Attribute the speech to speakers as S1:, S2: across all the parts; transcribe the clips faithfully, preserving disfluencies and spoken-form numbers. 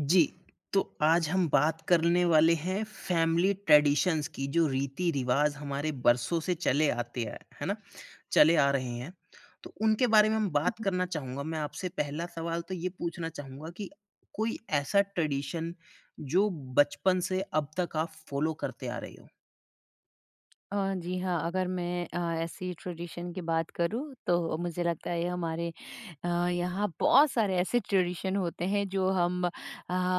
S1: जी, तो आज हम बात करने वाले हैं फैमिली ट्रेडिशंस की, जो रीति-रिवाज़ हमारे बरसों से चले आते हैं, है ना? चले आ रहे हैं, तो उनके बारे में हम बात करना चाहूँगा। मैं आपसे पहला सवाल तो ये पूछना चाहूँगा कि कोई ऐसा ट्रेडिशन जो बचपन से अब तक आप फ़ॉलो करते आ रहे हो?
S2: अ, जी हाँ, अगर मैं अ, ऐसी ट्रेडिशन की बात करूँ तो मुझे लगता है हमारे अ, यहाँ बहुत सारे ऐसे ट्रेडिशन होते हैं जो हम अ,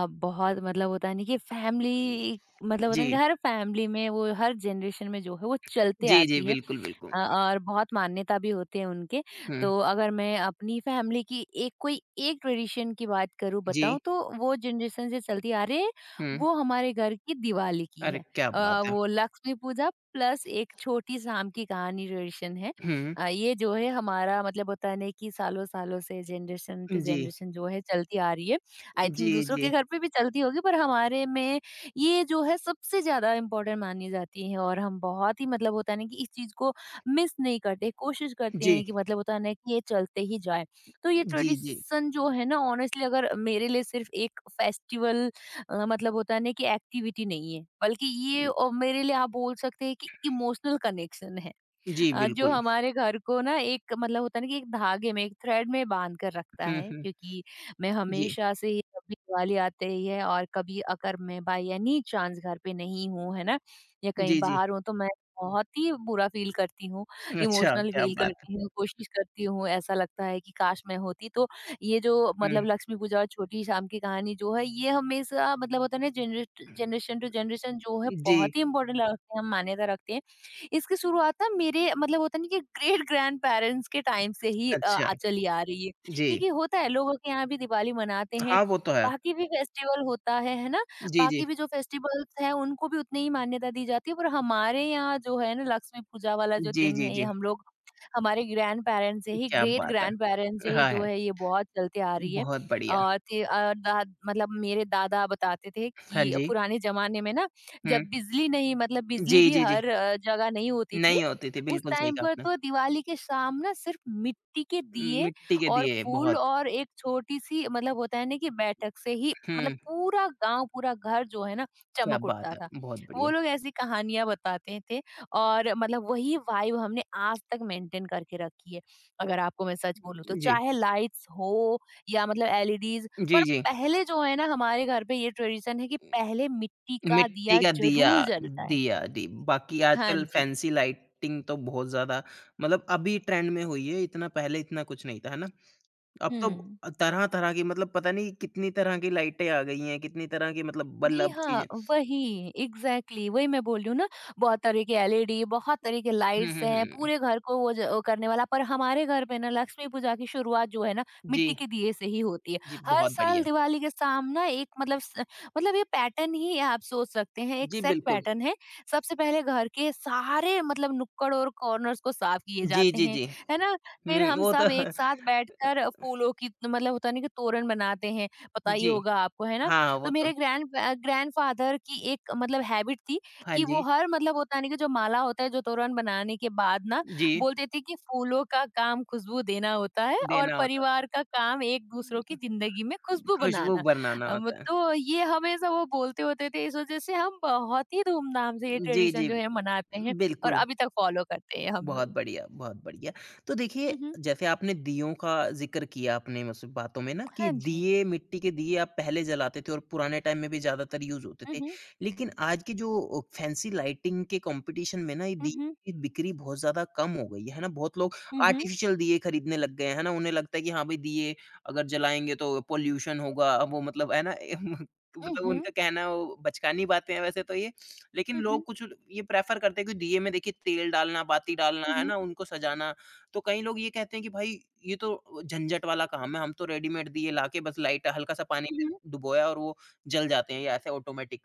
S2: बहुत मतलब होता है ना कि फैमिली मतलब होता
S1: जी।
S2: है ना कि हर फैमिली में वो हर जनरेशन में जो है वो चलते
S1: जी, जी,
S2: आती है।
S1: बिल्कुल, बिल्कुल।
S2: अ, और बहुत मान्यता भी होते हैं उनके।
S1: हुँ,
S2: तो अगर मैं अपनी फैमिली की एक कोई एक ट्रेडिशन की बात करूँ
S1: जी,
S2: बताऊँ तो वो जनरेशन से चलती आ रही है,
S1: हुँ।
S2: वो हमारे घर की दिवाली की
S1: अरे,
S2: है।
S1: क्या
S2: अ,
S1: बात है!
S2: वो लक्ष्मी पूजा प्लस एक छोटी शाम की कहानी ट्रेडिशन है।
S1: हुँ,
S2: अ, ये जो है हमारा मतलब होता है ना कि सालों-सालों से जनरेशन टू
S1: जी,
S2: जनरेशन जो है चलती आ रही है। आई
S1: जी,
S2: थिंक दूसरों के
S1: जी,
S2: घर पे भी चलती होगी पर हमारे में ये जो है सबसे ज़्यादा इम्पोर्टेंट मानी जाती है, और हम बहुत ही मतलब होता है ना कि इस चीज़ को मिस नहीं करते, कोशिश करते
S1: जी,
S2: हैं कि मतलब होता है ना कि ये चलते ही जाए। तो ये
S1: जी, जी,
S2: ट्रेडिशन जो है ना ऑनेस्टली अगर मेरे लिए सिर्फ एक फेस्टिवल अ, मतलब होता है ना कि एक्टिविटी नहीं है, बल्कि ये अ, मेरे लिए आप बोल सकते हैं कि इमोशनल कनेक्शन है।
S1: जी,
S2: अ, जो
S1: बिल्कुल।
S2: हमारे घर को ना एक मतलब होता है ना कि एक धागे में, एक थ्रेड में बांध कर रखता
S1: हुँ,
S2: है,
S1: हुँ।
S2: क्योंकि मैं
S1: जी।
S2: हमेशा से ही जब भी दिवाली आते ही है और कभी अगर मैं बाय एनी चांस घर पे नहीं हूँ, है ना? या कहीं
S1: जी, जी।
S2: बाहर हूँ तो मैं बहुत ही बुरा फ़ील करती हूँ,
S1: अच्छा,
S2: इमोशनल
S1: क्या
S2: फ़ील
S1: बात है।
S2: करती हूँ, कोशिश करती हूँ, ऐसा लगता है कि काश मैं होती। तो ये जो
S1: हुँ।
S2: मतलब लक्ष्मी पूजा और छोटी शाम की कहानी जो है ये हमेशा मतलब होता है ना जनरेट जनरेशन टू जनरेशन जो है
S1: जी,
S2: बहुत ही इम्पोर्टेंट लगते हैं, हम मान्यता रखते हैं। इसकी शुरुआत ना मेरे मतलब होता नहीं कि ग्रेट ग्रैंड पेरेंट्स के टाइम से ही अ,
S1: अच्छा,
S2: आ चली आ रही है,
S1: जी।
S2: क्योंकि होता है लोगों के यहाँ भी दिवाली मनाते हैं,
S1: हाँ, वो तो है।
S2: बाकी भी फेस्टिवल होता है है ना।
S1: जी, जी।
S2: बाकी भी जो फेस्टिवल्स हैं उनको भी उतनी ही मान्यता दी जाती है, पर हमारे यहाँ जो है ना लक्ष्मी पूजा वाला जो
S1: जी,
S2: दिन
S1: जी,
S2: है ये
S1: जी।
S2: हम लोग हमारे ग्रैंड पेरेंट्स से ही
S1: क्या
S2: ग्रेट
S1: बात है।
S2: ग्रैंड पेरेंट्स से ही
S1: हाँ,
S2: जो
S1: है।
S2: है ये बहुत चलते आ रही है।
S1: बहुत बढ़िया।
S2: और ते- और दा- मतलब मेरे दादा बताते थे
S1: हाँ
S2: कि
S1: जी।
S2: पुराने जमाने में ना
S1: हुँ।
S2: जब बिजली नहीं मतलब
S1: जी,
S2: बिजली भी
S1: जी, जी।
S2: हर अ, जगह नहीं होती थी।
S1: नहीं होती थी,
S2: उस
S1: बिल्कुल सही
S2: टाइम
S1: कहा
S2: पर
S1: आपने।
S2: तो दिवाली के शाम ना सिर्फ मिट्टी के दिए
S1: मिट्टी के
S2: और
S1: दिए
S2: फूल
S1: बहुत
S2: और एक छोटी-सी मतलब होता है ना कि बैठक से ही मतलब
S1: हुँ,
S2: पूरा गाँव, पूरा घर जो है ना
S1: क्या
S2: चमक
S1: बात
S2: उठता
S1: है।
S2: था।
S1: बहुत
S2: वो
S1: बढ़िया।
S2: लोग ऐसी कहानियाँ बताते थे, और मतलब वही वाइब हमने आज तक मेंटेन करके रखी है। अगर आपको मैं सच बोलूँ तो
S1: जी।
S2: चाहे लाइट्स हो या मतलब एलईडीज़,
S1: जी,
S2: पर
S1: जी।
S2: पहले जो है ना हमारे घर पे ये ट्रेडिशन है कि पहले मिट्टी का
S1: मिट्टी
S2: दिया
S1: का दिया
S2: ज़रूर जलता है।
S1: दिया, जी। बाकी
S2: हाँ
S1: आजकल
S2: जी।
S1: फैंसी लाइटिंग तो बहुत ज़्यादा मतलब अभी ट्रेंड में हुई है, इतना पहले इतना कुछ नहीं था, है ना? अब तो
S2: हुँ।
S1: अ, तरह-तरह की मतलब पता नहीं कितनी तरह की लाइटें आ गई हैं, कितनी तरह की मतलब
S2: जी
S1: बल्ब
S2: हाँ,
S1: चीज़ें
S2: वही एग्ज़ैक्टली वही मैं बोल रही हूँ ना, बहुत तरह के एलईडी, बहुत तरह के
S1: हुँ,
S2: लाइट्स
S1: हुँ,
S2: हैं,
S1: हुँ।
S2: पूरे घर को वो ज वो करने वाला, पर हमारे घर पे ना लक्ष्मी पूजा की शुरुआत जो है ना,
S1: जी,
S2: मिट्टी के दिए से ही होती है।
S1: जी,
S2: हर
S1: बहुत
S2: साल
S1: बढ़िया।
S2: दिवाली के शाम ना एक मतलब स मतलब ये पैटर्न ही आप सोच सकते हैं, एक
S1: जी,
S2: सेट
S1: बिल्कुल।
S2: पैटर्न है। सबसे पहले घर के सारे मतलब नुक्कड़ और कॉर्नर्स को साफ किए
S1: जी,
S2: जाते
S1: जी,
S2: हैं,
S1: जी।
S2: है ना?
S1: हुँ,
S2: फिर हम
S1: वो तो
S2: सब एक साथ बैठकर फूलों की मतलब होता है ना कि तोरण बनाते हैं, पता ही
S1: जी,
S2: होगा आपको, है ना?
S1: हाँ,
S2: तो
S1: वो तो
S2: मेरे ग्रैंड अ, ग्रैंडफ़ादर की एक मतलब हैबिट थी
S1: हाँ
S2: कि वो
S1: जी,
S2: हर मतलब होता है ना कि जो माला होता है, जो तोरण बनाने के बाद ना
S1: जी,
S2: बोलते थे कि फूलों का काम खुशबू देना होता है और
S1: देना होता है।
S2: परिवार का काम एक-दूसरों की ज़िंदगी में खुशबू
S1: खुशबू
S2: बनाना।
S1: बनाना
S2: अम,
S1: होता है।
S2: तो ये हमेशा वो बोलते होते थे, इस वज़ह से हम बहुत ही धूमधाम से ये
S1: जी,
S2: ट्रेडिशन
S1: जी,
S2: जो है मनाते हैं, और
S1: बिल्कुल।
S2: अभी तक फ़ॉलो करते हैं हम
S1: बहुत
S2: लोग।
S1: बढ़िया, बहुत बढ़िया। तो देखिए,
S2: हुँ, हुँ।
S1: जैसे आपने दीयों का ज़िक्र किया अपने मतलब बातों में ना कि
S2: हाँ जी।
S1: दिए मिट्टी के दिए आप पहले जलाते थे और पुराने टाइम में भी ज़्यादातर यूज़ होते
S2: हुँ,
S1: थे।
S2: हुँ।
S1: लेकिन आज की जो फैंसी लाइटिंग के कॉम्पिटिशन में ना ये
S2: हुँ,
S1: दिए
S2: हुँ।
S1: की बिक्री बहुत ज़्यादा कम हो गई है, है ना? बहुत लोग
S2: हुँ, हुँ।
S1: आर्टिफ़िशियल दिए खरीदने लग गए हैं, है ना? उन्हें लगता है कि हाँ भाई दिए अगर जलाएँगे तो पॉल्यूशन होगा, वो मतलब है ना?
S2: हुँ,
S1: मतलब
S2: हुँ।
S1: उनका कहना वो बचकानी बातें हैं वैसे तो ये। लेकिन
S2: हुँ,
S1: लोग
S2: हुँ।
S1: कुछ ये प्रेफ़र करते हैं कि दिए में देखिए तेल डालना, बाती डालना,
S2: हुँ,
S1: है
S2: हुँ।
S1: ना? उनको सजाना। तो कई लोग ये कहते हैं कि भाई ये तो झंझट वाला काम है, हम तो रेडीमेड दिए लाके बस लाइट हल्का-सा पानी
S2: हुँ,
S1: में
S2: हुँ।
S1: डुबोया और वो जल जाते हैं या ऐसे ऑटोमेटिक।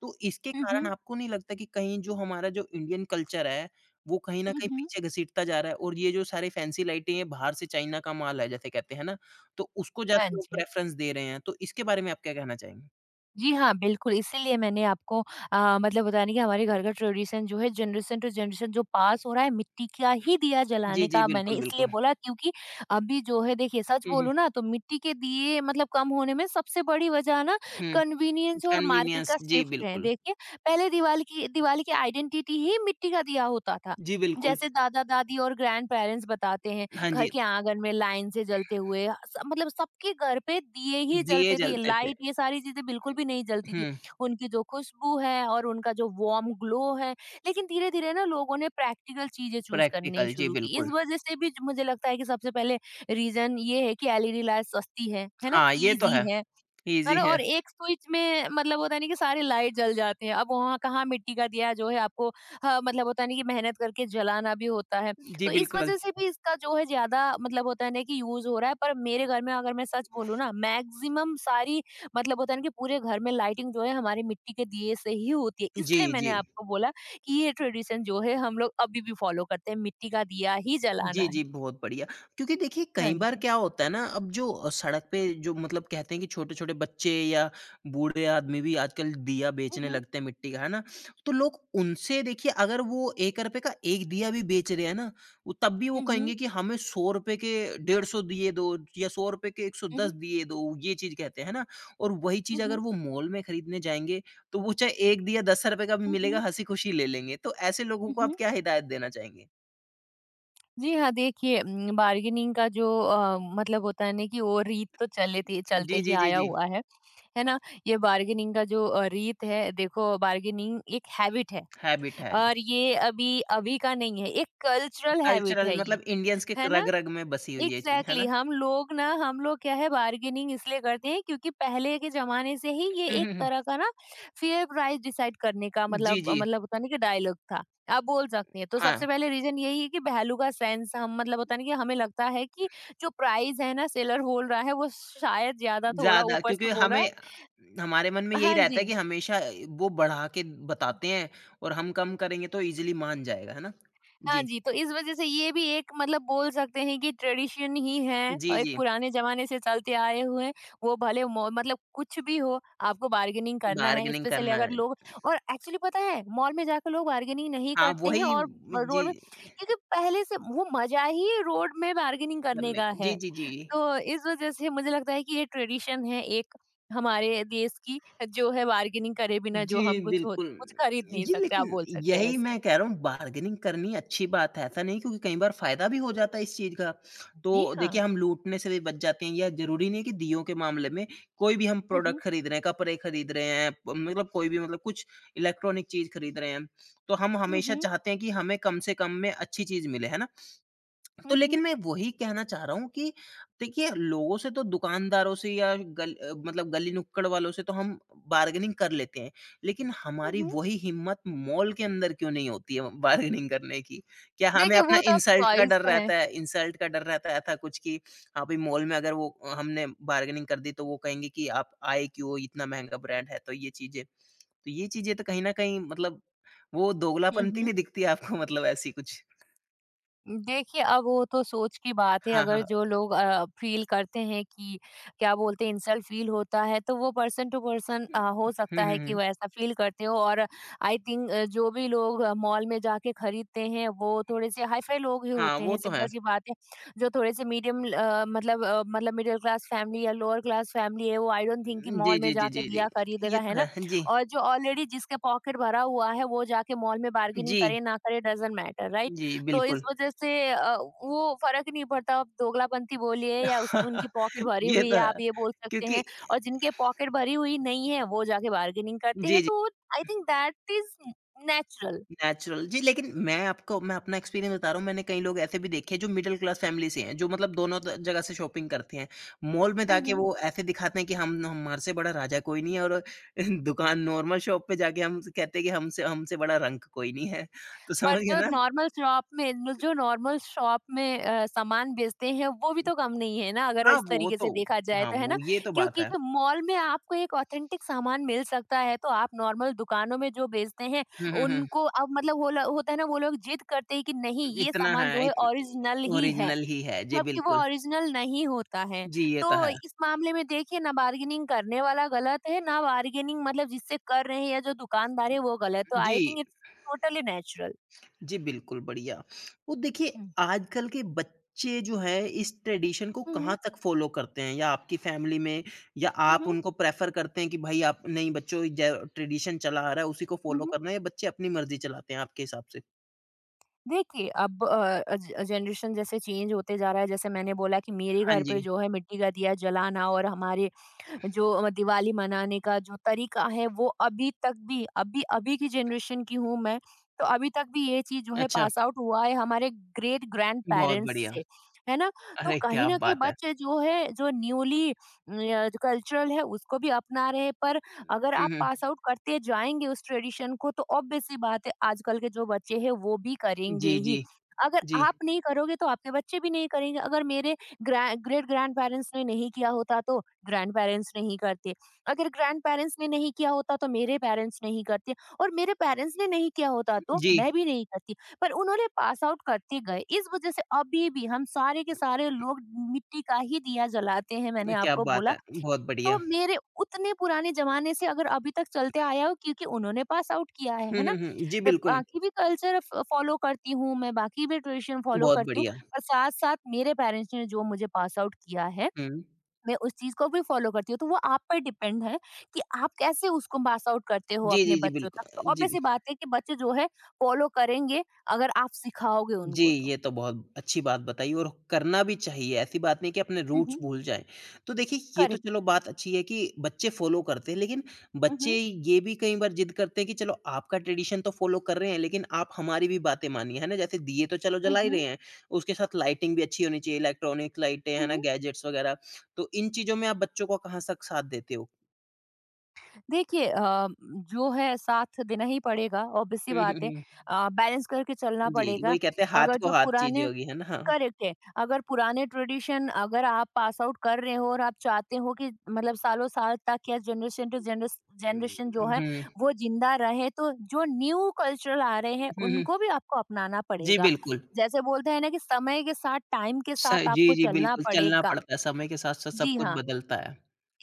S1: तो इसके
S2: हुँ,
S1: कारण
S2: हुँ।
S1: आपको नहीं लगता कि कहीं जो हमारा जो इंडियन कल्चर है, वो कहीं न
S2: हुँ,
S1: कहीं
S2: हुँ।
S1: पीछे घसीटता जा रहा है और ये जो सारे फैंसी लाइटें हैं, बाहर से चाइना का माल है जैसे कहते हैं ना? तो उसको
S2: हाँ
S1: ज़्यादा लोग
S2: जी।
S1: प्रेफ़रेंस दे रहे हैं। तो इसके बारे में आप क्या कहना चाहेंगे?
S2: जी हाँ, बिल्कुल, इसीलिए मैंने आपको अ, मतलब पता नहीं कि हमारे घर का ट्रेडिशन जो है जनरेशन टू जनरेशन जो पास हो रहा है, मिट्टी का ही दिया
S1: जी,
S2: जलाने
S1: जी।
S2: का मैंने
S1: बिल्कुल,
S2: इसलिए
S1: बिल्कुल।
S2: बोला, क्योंकि अभी जो है देखिए सच
S1: हुँ, हुँ।
S2: बोलूँ ना तो मिट्टी के दिए मतलब कम होने में सबसे बड़ी वजह ना
S1: हुँ।
S2: कन्वीनियंस और मार्केट
S1: कन्वीनियंस,
S2: का
S1: जी
S2: शिफ्ट है।
S1: बिल्कुल।
S2: देखिए, पहले दिवाली की दिवाली की आइडेंटिटी ही मिट्टी का दिया होता था।
S1: जी बिल्कुल।
S2: जैसे दादा-दादी और ग्रैंड पेरेंट्स बताते हैं।
S1: हाँ
S2: घर
S1: जी,
S2: के आंगन में लाइन से जलते हुए स- मतलब सबके घर पे दिए ही
S1: दिए
S2: जलते थे,
S1: जलते थे।
S2: लाइट ये सारी चीजें बिल्कुल भी नहीं जलती
S1: हुँ,
S2: थी। उनकी जो खुशबू है और उनका जो वार्म ग्लो है, लेकिन धीरे धीरे ना लोगों ने प्रैक्टिकल चीजें चूज करनी
S1: प्रैक्टिकल जी
S2: शुरू की। इस
S1: बिल्कुल।
S2: वजह से भी मुझे लगता है कि सबसे पहले रीजन ये है कि एलईडी लाइट सस्ती है है ना,
S1: हाँ, ये तो
S2: इजी
S1: है।
S2: है,
S1: ईज़ी
S2: और
S1: है।
S2: और एक स्विच में मतलब होता नहीं कि सारी लाइट जल जाती है। अब वहाँ कहाँ मिट्टी का दिया जो है आपको, हाँ, मतलब होता नहीं कि मेहनत करके जलाना भी होता है।
S1: जी
S2: तो इस
S1: बिल्कुल।
S2: वज़ह से भी इसका जो है ज़्यादा मतलब होता है ना कि यूज़ हो रहा है। पर मेरे घर में अगर मैं सच बोलूँ ना, मैक्सिमम सारी मतलब होता है ना कि पूरे घर में लाइटिंग जो है हमारे मिट्टी के दिए से ही होती है।
S1: जी,
S2: इसलिए मैंने
S1: जी।
S2: आपको बोला कि ये ट्रेडिशन जो है हम लोग अभी भी फ़ॉलो करते हैं, मिट्टी का दिया ही जलाना
S1: जी,
S2: है।
S1: जी, बहुत बढ़िया। क्योंकि देखिए
S2: हाँ
S1: कई बार
S2: जी।
S1: क्या होता है ना, अब जो अ, सड़क पे जो मतलब कहते हैं कि छोटे-छोटे बच्चे या बूढ़े आदमी भी आजकल दिया
S2: हुँ,
S1: बेचने
S2: हुँ।
S1: लगते हैं मिट्टी का, है ना? तो लोग उनसे देखिए अगर वो ₹एक रुपए का एक दिया भी बेच रहे हैं ना, वो तब भी वो
S2: हुँ,
S1: कहेंगे
S2: हुँ।
S1: कि हमें ₹सौ रुपए के डेढ़ सौ दिए दो या ₹सौ रुपए के
S2: हुँ,
S1: एक सौ दस
S2: हुँ।
S1: दिए दो, ये चीज़ कहते हैं, है ना? और वही
S2: हुँ,
S1: चीज़ अगर
S2: हुँ।
S1: वो मॉल में खरीदने जाएँगे, तो वो चाहे एक दिया ₹दस रुपए का भी
S2: हुँ,
S1: मिलेगा,
S2: हुँ।
S1: हँसी-खुशी ले लेंगे। तो ऐसे लोगों
S2: हुँ,
S1: को आप
S2: हुँ।
S1: क्या हिदायत देना चाहेंगे?
S2: जी हाँ, देखिए उम, बार्गेनिंग का जो अ, मतलब होता है ना कि वो रीत तो चले थी चलते
S1: जी,
S2: ही
S1: जी, जी,
S2: आया
S1: जी।
S2: हुआ है, है ना? ये बार्गेनिंग का जो अ, रीत है, देखो बार्गेनिंग एक हैबिट है,
S1: हैबिट है।
S2: और ये अभी अभी का नहीं है, एक कल्चरल हैबिट
S1: कल्चरल
S2: है ये,
S1: मतलब इंडियंस के
S2: है ना?
S1: रग-रग में बसी हुई ये चीज़, है
S2: एग्जैक्टली
S1: ना?
S2: exactly. हम लोग ना हम लोग क्या है, बार्गेनिंग इसलिए करते हैं क्योंकि पहले के जमाने से ही ये
S1: हुँ,
S2: एक
S1: हुँ, हुँ।
S2: तरह का ना फेयर प्राइस डिसाइड करने का
S1: जी,
S2: मतलब
S1: जी।
S2: मतलब होता नहीं कि डायलॉग था, आप बोल सकते हैं। तो
S1: हाँ,
S2: सबसे पहले रीजन यही है कि वैल्यू का सेंस हम मतलब होता नहीं कि हमें लगता है कि जो प्राइस है ना सेलर बोल रहा है, वो शायद ज्यादा थोड़ा
S1: ज़्यादा
S2: ऊपर
S1: क्योंकि
S2: से बोल रहा है।
S1: हमें हमारे मन में यही
S2: हाँ
S1: रहता है
S2: जी।
S1: कि हमेशा वो बढ़ा के बताते हैं और हम कम करेंगे तो ईज़िली मान जाएगा, है ना?
S2: हाँ
S1: जी।
S2: जी, तो इस वज़ह से ये भी एक मतलब बोल सकते हैं कि ट्रेडिशन ही है
S1: जी,
S2: और एक
S1: जी।
S2: पुराने ज़माने से चलते आए हुए हैं, वो भले मो मतलब कुछ भी हो, आपको बार्गेनिंग करना है,
S1: बार्गेनिंग
S2: स्पेशली
S1: करना
S2: अगर
S1: है।
S2: लोग। और एक्चुअली पता है, मॉल में जाकर लोग बार्गेनिंग नहीं
S1: हाँ,
S2: करते हैं,
S1: वही
S2: और ब
S1: जी,
S2: रोड में, क्योंकि पहले से वो मज़ा ही रोड में बार्गेनिंग करने
S1: करने
S2: का
S1: का। जी,
S2: है।
S1: जी, जी।
S2: तो इस वज़ह से मुझे लगता है कि ये ट्रेडिशन है एक हमारे देश की जो है, बार्गेनिंग करे बिना जो
S1: जी,
S2: हम कुछ हो
S1: बिल्कुल।
S2: कुछ खरीद नहीं
S1: जी,
S2: सकते, आप
S1: लेकिन
S2: बोल सकते हैं
S1: यही
S2: ऐसा।
S1: मैं कह रहा हूँ बार्गेनिंग करनी अच्छी बात है, ऐसा नहीं क्योंकि कई बार फ़ायदा भी हो जाता है इस चीज़ का।
S2: जी
S1: तो देखिए
S2: हाँ।
S1: हम लूटने से भी बच जाते हैं या ज़रूरी नहीं है कि दीयों के मामले में कोई भी हम प्रोडक्ट खरीद रहे हैं, कपड़े खरीद रहे हैं, प मतलब कोई भी मतलब कुछ इलेक्ट्रॉनिक चीज़ खरीद रहे हैं, तो हम
S2: हुँ,
S1: हमेशा
S2: हुँ।
S1: चाहते हैं कि हमें कम से कम में अच्छी चीज़ मिले, है ना? तो
S2: हुँ,
S1: लेकिन
S2: हुँ।
S1: मैं वही कहना चाह रहा हूँ कि देखिए लोगों से तो दुकानदारों से या गल अ, मतलब गली नुक्कड़ वालों से तो हम बार्गेनिंग कर लेते हैं। लेकिन
S2: हुँ,
S1: हमारी
S2: हुँ।
S1: वही हिम्मत मॉल के अंदर क्यों नहीं होती है बार्गेनिंग करने की? क्या हमें
S2: देखिए
S1: अपना
S2: वो तो अब
S1: इंसल्ट का
S2: चॉइस
S1: डर
S2: है।
S1: रहता है इंसल्ट का डर रहता है था कुछ कि हाँ, भई मॉल में अगर वो हमने बार्गेनिंग कर दी तो वो कहेंगे कि आप आए क्यों? इतना महँगा ब्रांड है तो ये चीज़ें। तो ये चीज़ें तो कहीं न कहीं मतलब वो
S2: हुँ,
S1: दोगलापंती
S2: हुँ।
S1: नहीं दिखती आपको मतलब ऐसी कुछ?
S2: देखिए, अब वो तो सोच की बात है,
S1: हाँ, हाँ,
S2: अगर
S1: हाँ।
S2: जो लोग अ, फ़ील करते हैं कि क्या बोलते हैं इंसल्ट फ़ील होता है, तो वो पर्सन टू पर्सन अ, हो
S1: हुँ,
S2: सकता
S1: हुँ,
S2: है कि
S1: हुँ।
S2: वो ऐसा फ़ील करते हो, और आई थिंक अ, जो भी लोग मॉल में जाके खरीदते हैं, वो थोड़े-से हाई-फ़ाई लोग ही
S1: हाँ,
S2: होते
S1: वो
S2: हैं,
S1: तो है।
S2: सिंपल-सी बात है। जो थोड़े-से मीडियम अ, मतलब अ, मतलब मिडल क्लास फ़ैमिली या लोअर क्लास फ़ैमिली है, वो आई डोंट थिंक कि
S1: जी,
S2: मॉल में
S1: जी, जी,
S2: जाके
S1: जी, जी।
S2: दिया
S1: ये
S2: खरीदेगा, है
S1: तो
S2: ना?
S1: है। जी,
S2: और जो ऑलरेडी जिसके पॉकेट भरा हुआ है, वो जाके मॉल में बार्गेनिंग
S1: जी,
S2: करे ना करे डज़न्ट मैटर, राइट?
S1: जी,
S2: तो इस
S1: बिल्कुल।
S2: वजह से अ, वो फ़र्क नहीं पड़ता, आप दोगलापंती बोलिए या उसकी उनकी पॉकेट भरी
S1: ये
S2: हुई
S1: तो
S2: है,
S1: है,
S2: आप ये बोल सकते
S1: क्योंकि
S2: हैं। और जिनके पॉकेट भरी हुई नहीं है, वो जाके बार्गेनिंग करते
S1: जी,
S2: हैं,
S1: जी,
S2: तो I think that is natural.
S1: Natural. जी, लेकिन मैं आपको मैं अपना एक्सपीरियंस बता रहा हूँ, मैंने कई लोग ऐसे भी देखे हैं, जो मिडल क्लास फैमिली से हैं, जो मतलब दोनों त जगह से शॉपिंग करते हैं। मॉल में जाके वो ऐसे दिखाते हैं कि हम हमारे से बड़ा राजा कोई नहीं है और दुकान नॉर्मल शॉप पे जाके हम कहते हैं कि हमसे हमसे बड़ा रंक कोई नहीं है। तो समझ
S2: पर
S1: गए
S2: जो
S1: ना?
S2: नॉर्मल शॉप में न जो नॉर्मल शॉप में अ, सामान बेचते हैं, वो भी तो कम नहीं है ना, अगर
S1: हाँ,
S2: इस
S1: वो
S2: तरीके
S1: तो
S2: से देखा जाए
S1: हाँ,
S2: तो, है
S1: वो
S2: ना?
S1: ये तो बात
S2: क्योंकि
S1: है।
S2: तो मॉल में आपको एक ऑथेंटिक सामान मिल सकता है, तो आप नॉर्मल दुकानों में जो बेचते हैं
S1: हुँ, हुँ, हुँ।
S2: उनको अब मतलब वो लो होता है ना, वो लोग ज़िद करते हैं कि नहीं ये
S1: इतना है,
S2: सामान जो है
S1: इत
S2: ओरिजिनल ही है,
S1: ओरिजिनल ही है। जी,
S2: जबकि वो
S1: बिल्कुल।
S2: ओरिजिनल नहीं होता है।
S1: जी, ये तो
S2: तो
S1: है।
S2: इस मामले में देखिए ना बार्गेनिंग करने वाला गलत है, ना बार्गेनिंग मतलब जिससे कर रहे हैं या जो दुकानदार है वो गलत। तो आई
S1: जी,
S2: थिंक इट्स टोटली नेचुरल।
S1: जी, बिल्कुल, बढ़िया। तो देखिए,
S2: हुँ।
S1: आजकल के बच्चे जो हैं, इस ट्रेडिशन को
S2: हुँ,
S1: कहाँ
S2: हुँ।
S1: तक फ़ॉलो करते हैं? या आपकी फ़ैमिली में या
S2: हुँ,
S1: आप
S2: हुँ।
S1: उनको प्रेफ़र करते हैं कि भई आप नहीं बच्चों ज ट्रेडिशन चला आ रहा है, उसी को
S2: हुँ,
S1: फ़ॉलो
S2: हुँ।
S1: करना है या बच्चे अपनी मर्ज़ी चलाते हैं आपके हिसाब से?
S2: देखिए अब अ, अज जनरेशन जैसे चेंज होते जा रहा है, जैसे मैंने बोला कि मेरे
S1: हाँ
S2: घर पे
S1: जी।
S2: जो है मिट्टी का दिया जलाना और हमारे जो दिवाली मनाने का जो तरीका है वो अभी तक भी अभी अभी की जनरेशन की हूँ मैं। तो अभी तक भी ये चीज जो है
S1: अच्छा,
S2: पास आउट हुआ है हमारे ग्रेट ग्रैंड
S1: बहुत
S2: पेरेंट्स
S1: बढ़िया।
S2: से, है ना। तो
S1: अरे,
S2: कहीं
S1: क्या
S2: ना कहीं
S1: बात है!
S2: बच्चे जो है जो न्यूली कल्चरल है उसको भी अपना रहे हैं, पर अगर
S1: हुँ,
S2: आप
S1: हुँ।
S2: पास आउट करते जाएंगे उस ट्रेडिशन को तो ऑब्वियस सी बात है आजकल के जो बच्चे हैं वो भी
S1: जी,
S2: करेंगे
S1: जी,
S2: ही। अगर
S1: जी।
S2: आप नहीं करोगे तो आपके बच्चे भी नहीं करेंगे। अगर मेरे ग्रैंड ग्रेट ग्रैंड पेरेंट्स ने नहीं किया होता तो ग्रैंड पेरेंट्स नहीं करते। अगर ग्रैंड पेरेंट्स ने नहीं किया होता तो मेरे पेरेंट्स नहीं करते। और मेरे पेरेंट्स ने नहीं किया होता तो
S1: जी,
S2: मैं भी नहीं करती। पर उन्होंने पास आउट करते गए इस वजह से अभी भी हम सारे के सारे लोग मिट्टी का ही दिया जलाते हैं, मैंने
S1: क्या
S2: आपको
S1: बात
S2: बोला।
S1: है! बहुत
S2: तो
S1: बढ़िया।
S2: मेरे उतने पुराने जमाने से अगर अभी तक चलते आया हो क्योंकि उन्होंने पास आउट किया है
S1: हुँ,
S2: है ना।
S1: हुँ, हुँ। जी,
S2: मैं
S1: बिल्कुल।
S2: बाकी भी कल्चर फॉलो करती हूँ, मैं बाकी भी ट्रेडिशन फॉलो
S1: बहुत
S2: करती हूँ।
S1: बढ़िया।
S2: पर साथ साथ मेरे पेरेंट्स ने जो मुझे पास आउट किया है,
S1: हुँ।
S2: मैं उस चीज़ को भी फ़ॉलो करती हूँ, तो वो आप पर डिपेंड है कि आप कैसे उसको पास आउट करते हो
S1: जी,
S2: अपने
S1: जी, जी,
S2: बच्चों तक। तो
S1: बिल्कुल।
S2: ऑब्वियस
S1: जी,
S2: सी बात है कि बच्चे जो है फ़ॉलो करेंगे अगर आप सिखाओगे
S1: जी,
S2: उनको तो।
S1: ये तो बहुत अच्छी बात बताई और करना भी चाहिए, ऐसी बात नहीं कि अपने
S2: हुँ,
S1: रूट्स
S2: हुँ।
S1: भूल जाएँ। तो देखिए, ये तो
S2: करेक्ट।
S1: चलो बात अच्छी है कि बच्चे फ़ॉलो करते हैं, लेकिन
S2: हुँ,
S1: बच्चे
S2: हुँ।
S1: ये भी कई बार ज़िद करते हैं कि चलो आपका ट्रेडिशन तो फ़ॉलो कर रहे हैं, लेकिन आप हमारी भी बातें मानिए, है ना? जैसे दिए तो चलो
S2: हुँ,
S1: जला ही
S2: हुँ।
S1: रहे हैं, उसके साथ लाइटिंग भी अच्छी होनी चाहिए, इलेक्ट्रॉनिक लाइटें, है
S2: हुँ,
S1: ना,
S2: हुँ।
S1: गैजेट्स वगैरह। तो इन चीज़ों में आप बच्चों को कहाँ तक साथ देते हो?
S2: देखिए अ, जो है साथ देना ही पड़ेगा, ऑब्वियस सी
S1: हुँ, हुँ,
S2: बात है।
S1: हुँ।
S2: अ, बैलेंस करके चलना
S1: जी,
S2: पड़ेगा।
S1: वही कहते हैं हाथ
S2: अगर
S1: को
S2: जो
S1: हाथ चीज़ें
S2: पुराने
S1: होगी, है ना? हाँ।
S2: करेक्ट है। अगर पुराने ट्रेडिशन अगर आप पास आउट कर रहे हो और आप चाहते हो कि मतलब सालों-साल तक या जनरेशन टू जनरेस जनरेशन जो
S1: हुँ,
S2: है
S1: हुँ,
S2: वो ज़िंदा रहे तो जो न्यू कल्चरल आ रहे हैं
S1: हुँ।
S2: उनको भी आपको अपनाना
S1: जी,
S2: पड़ेगा।
S1: बिल्कुल।
S2: जैसे बोलते हैं ना कि समय के साथ टाइम के
S1: स
S2: साथ
S1: जी,
S2: आपको
S1: जी,
S2: चलना
S1: बिल्कुल चलना
S2: पड़ेगा।
S1: पड़ता है, समय के साथ-साथ सब
S2: जी
S1: कुछ
S2: हाँ।
S1: बदलता है।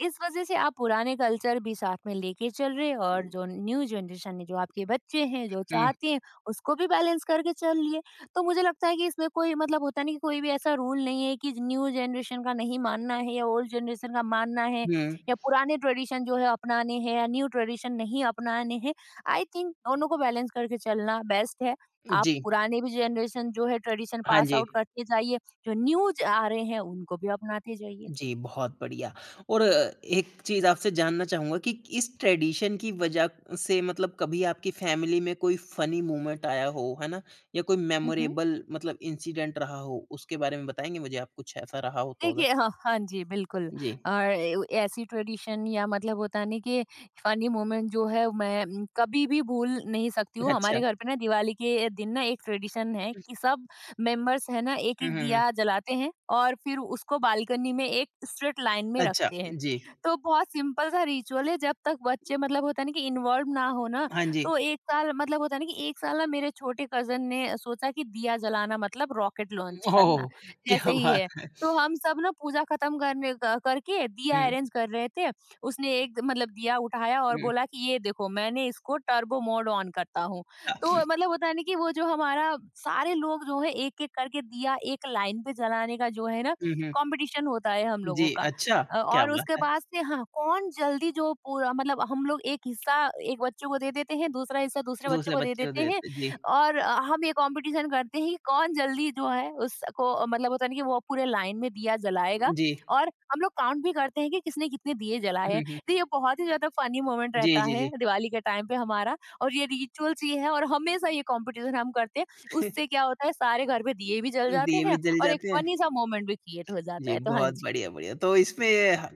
S2: इस वजह से आप पुराने कल्चर भी साथ में लेके चल रहे हैं और जो न्यू जनरेशन है, जो आपके बच्चे हैं, जो
S1: हुँ,
S2: चाहते हैं, उसको भी बैलेंस करके चल लिए। तो मुझे लगता है कि इसमें कोई मतलब होता नहीं कि कोई भी ऐसा रूल नहीं है कि न्यू जनरेशन का नहीं मानना है या ओल्ड जनरेशन का मानना है
S1: हुँ।
S2: या पुराने ट्रेडिशन जो है अपनाने हैं या न्यू ट्रेडिशन नहीं अपनाने हैं। आई थिंक दोनों को बैलेंस करके चलना बेस्ट है। आप
S1: जी,
S2: पुराने भी जनरेशन जो है ट्रेडिशन
S1: हाँ
S2: पास
S1: जी।
S2: आउट करते जाइए, जो न्यू ज आ रहे हैं उनको भी अपनाते जाइए।
S1: जी, बहुत बढ़िया और एक चीज़ आपसे जानना चाहूँगा कि इस ट्रेडिशन की वजह से मतलब कभी आपकी फैमिली में कोई फ़नी मोमेंट आया हो, है ना? या कोई
S2: हुँ, हुँ।
S1: मेमोरेबल मतलब इंसिडेंट रहा हो, उसके बारे में बताएँगे मुझे आप कुछ ऐसा रहा हो तो अगर?
S2: देखिए हाँ, हाँ जी, बिल्कुल।
S1: जी,
S2: और ए ऐसी ट्रेडिशन या मतलब होता है ना कि फ़नी मोमेंट जो है मैं उम, कभी भी भूल नहीं सकती हूँ।
S1: अच्छा।
S2: हमारे घर पे ना दिवाली के दिन ना एक ट्रेडिशन है कि सब मेंबर्स है ना,
S1: हुँ,
S2: एक-एक
S1: हुँ, हुँ।
S2: दिया जलाते हैं और फिर उसको बालकनी में एक स्ट्रेट लाइन में
S1: अच्छा,
S2: रखते हैं।
S1: जी।
S2: तो बहुत सिंपल सा रिचुअल है, जब तक बच्चे मतलब होता है ना कि इन्वॉल्व ना हो ना,
S1: हाँ जी।
S2: तो एक साल मतलब होता है ना कि एक साल ना मेरे छोटे कज़िन ने सोचा कि दिया जलाना मतलब रॉकेट लॉन्च करना,
S1: ओह! क्या
S2: जैसे ही है।
S1: बात है।
S2: तो हम सब ना पूजा खत्म करने क- करके दिया
S1: हुँ,
S2: अरेंज कर रहे थे। उसने एक मतलब दिया उठाया और
S1: हुँ,
S2: बोला कि ये देखो मैंने इसको टर्बो मोड ऑन करता हूँ। तो
S1: अ,
S2: मतलब होता है ना कि वो जो हमारा सारे लोग जो है एक एक करके दिया एक लाइन पे जलाने का जो है ना,
S1: हुँ, हुँ।
S2: कंपटीशन होता है हम लोगों
S1: जी,
S2: का।
S1: अच्छा,
S2: अ,
S1: क्या
S2: और
S1: बात
S2: उसके
S1: है।
S2: बाद से हाँ कौन जल्दी जो पूरा मतलब हम लोग एक हिस्सा एक बच्चे को दे देते हैं, दूसरा हिस्सा दूसरे बच्चे
S1: दूसरे
S2: को दे
S1: बच्चे को
S2: देते
S1: दे
S2: हैं।
S1: देते जी,
S2: और अ, हम ये कंपटीशन करते हैं कि कौन जल्दी जो है उसको अ, मतलब होता है ना कि वो पूरे लाइन में दिया जलाएगा।
S1: जी।
S2: और हम लोग काउंट भी करते हैं कि किसने कितने दिए जलाए हैं।
S1: हुँ,
S2: तो
S1: हुँ।
S2: ये बहुत ही ज्यादा फनी मोमेंट
S1: जी,
S2: रहता
S1: जी,
S2: है
S1: जी।
S2: दिवाली के टाइम पे हमारा, और ये रिचुअल्स ये है, और हमेशा ये कंपटीशन हम करते हैं। उससे क्या होता है सारे घर पे दिए भी जल जाते
S1: दिए भी
S2: हैं
S1: जल
S2: और एक
S1: जाते हैं।
S2: फनी सा मोमेंट भी क्रिएट हो जाता
S1: जी,
S2: है, तो हाँ
S1: बहुत
S2: जी।
S1: बढ़िया, बढ़िया। तो इसमें ह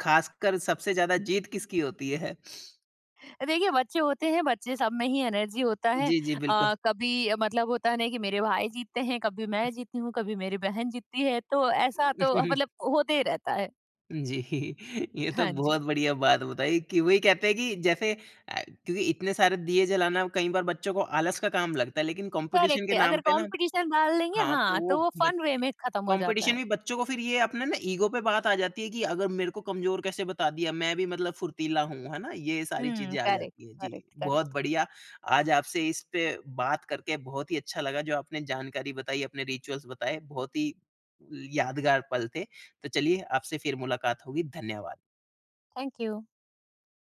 S1: ख़ासकर सबसे ज़्यादा जीत किसकी होती है?
S2: देखिए बच्चे होते हैं, बच्चे सब में ही एनर्जी होता है।
S1: जी, जी, बिल्कुल।
S2: आ, कभी मतलब होता है ना कि मेरे भाई जीतते हैं, कभी मैं जीती हूँ, कभी मेरी बहन जीतती है, तो ऐसा तो मतलब होते ही रहता है।
S1: जी, ये तो
S2: हाँ जी।
S1: बहुत बढ़िया बात बताई कि वही कहते हैं कि जैसे अ, क्योंकि इतने सारे दिए जलाना कई बार बच्चों को आलस का काम लगता है, लेकिन कॉम्पिटिशन
S2: करेक्ट
S1: के
S2: है,
S1: नाम
S2: अगर
S1: पे ना
S2: कंपटीशन डाल लेंगे
S1: हाँ, तो
S2: हाँ
S1: वो
S2: तो वो
S1: बच
S2: फन वे में खत्म हो जाता
S1: कॉम्पिटिशन
S2: है।
S1: भी बच्चों को फिर ये अपने ना ईगो पे बात आ जाती है कि अगर मेरे को कमज़ोर कैसे बता दिया, मैं भी मतलब फुर्तीला हूँ, है ना? ये सारी
S2: हम्म,
S1: चीज़ें आ
S2: करेक्ट।
S1: जाती हैं। जी,
S2: करेक्ट,
S1: बहुत
S2: करेक्ट।
S1: बढ़िया, आज आपसे इस पे बात करके बहुत ही अच्छा लगा, जो आपने जानकारी बताई, अपने रिचुअल्स बताए, बहुत ही यादगार पल थे। तो चलिए, आपसे फिर मुलाकात होगी, धन्यवाद।
S2: Thank you.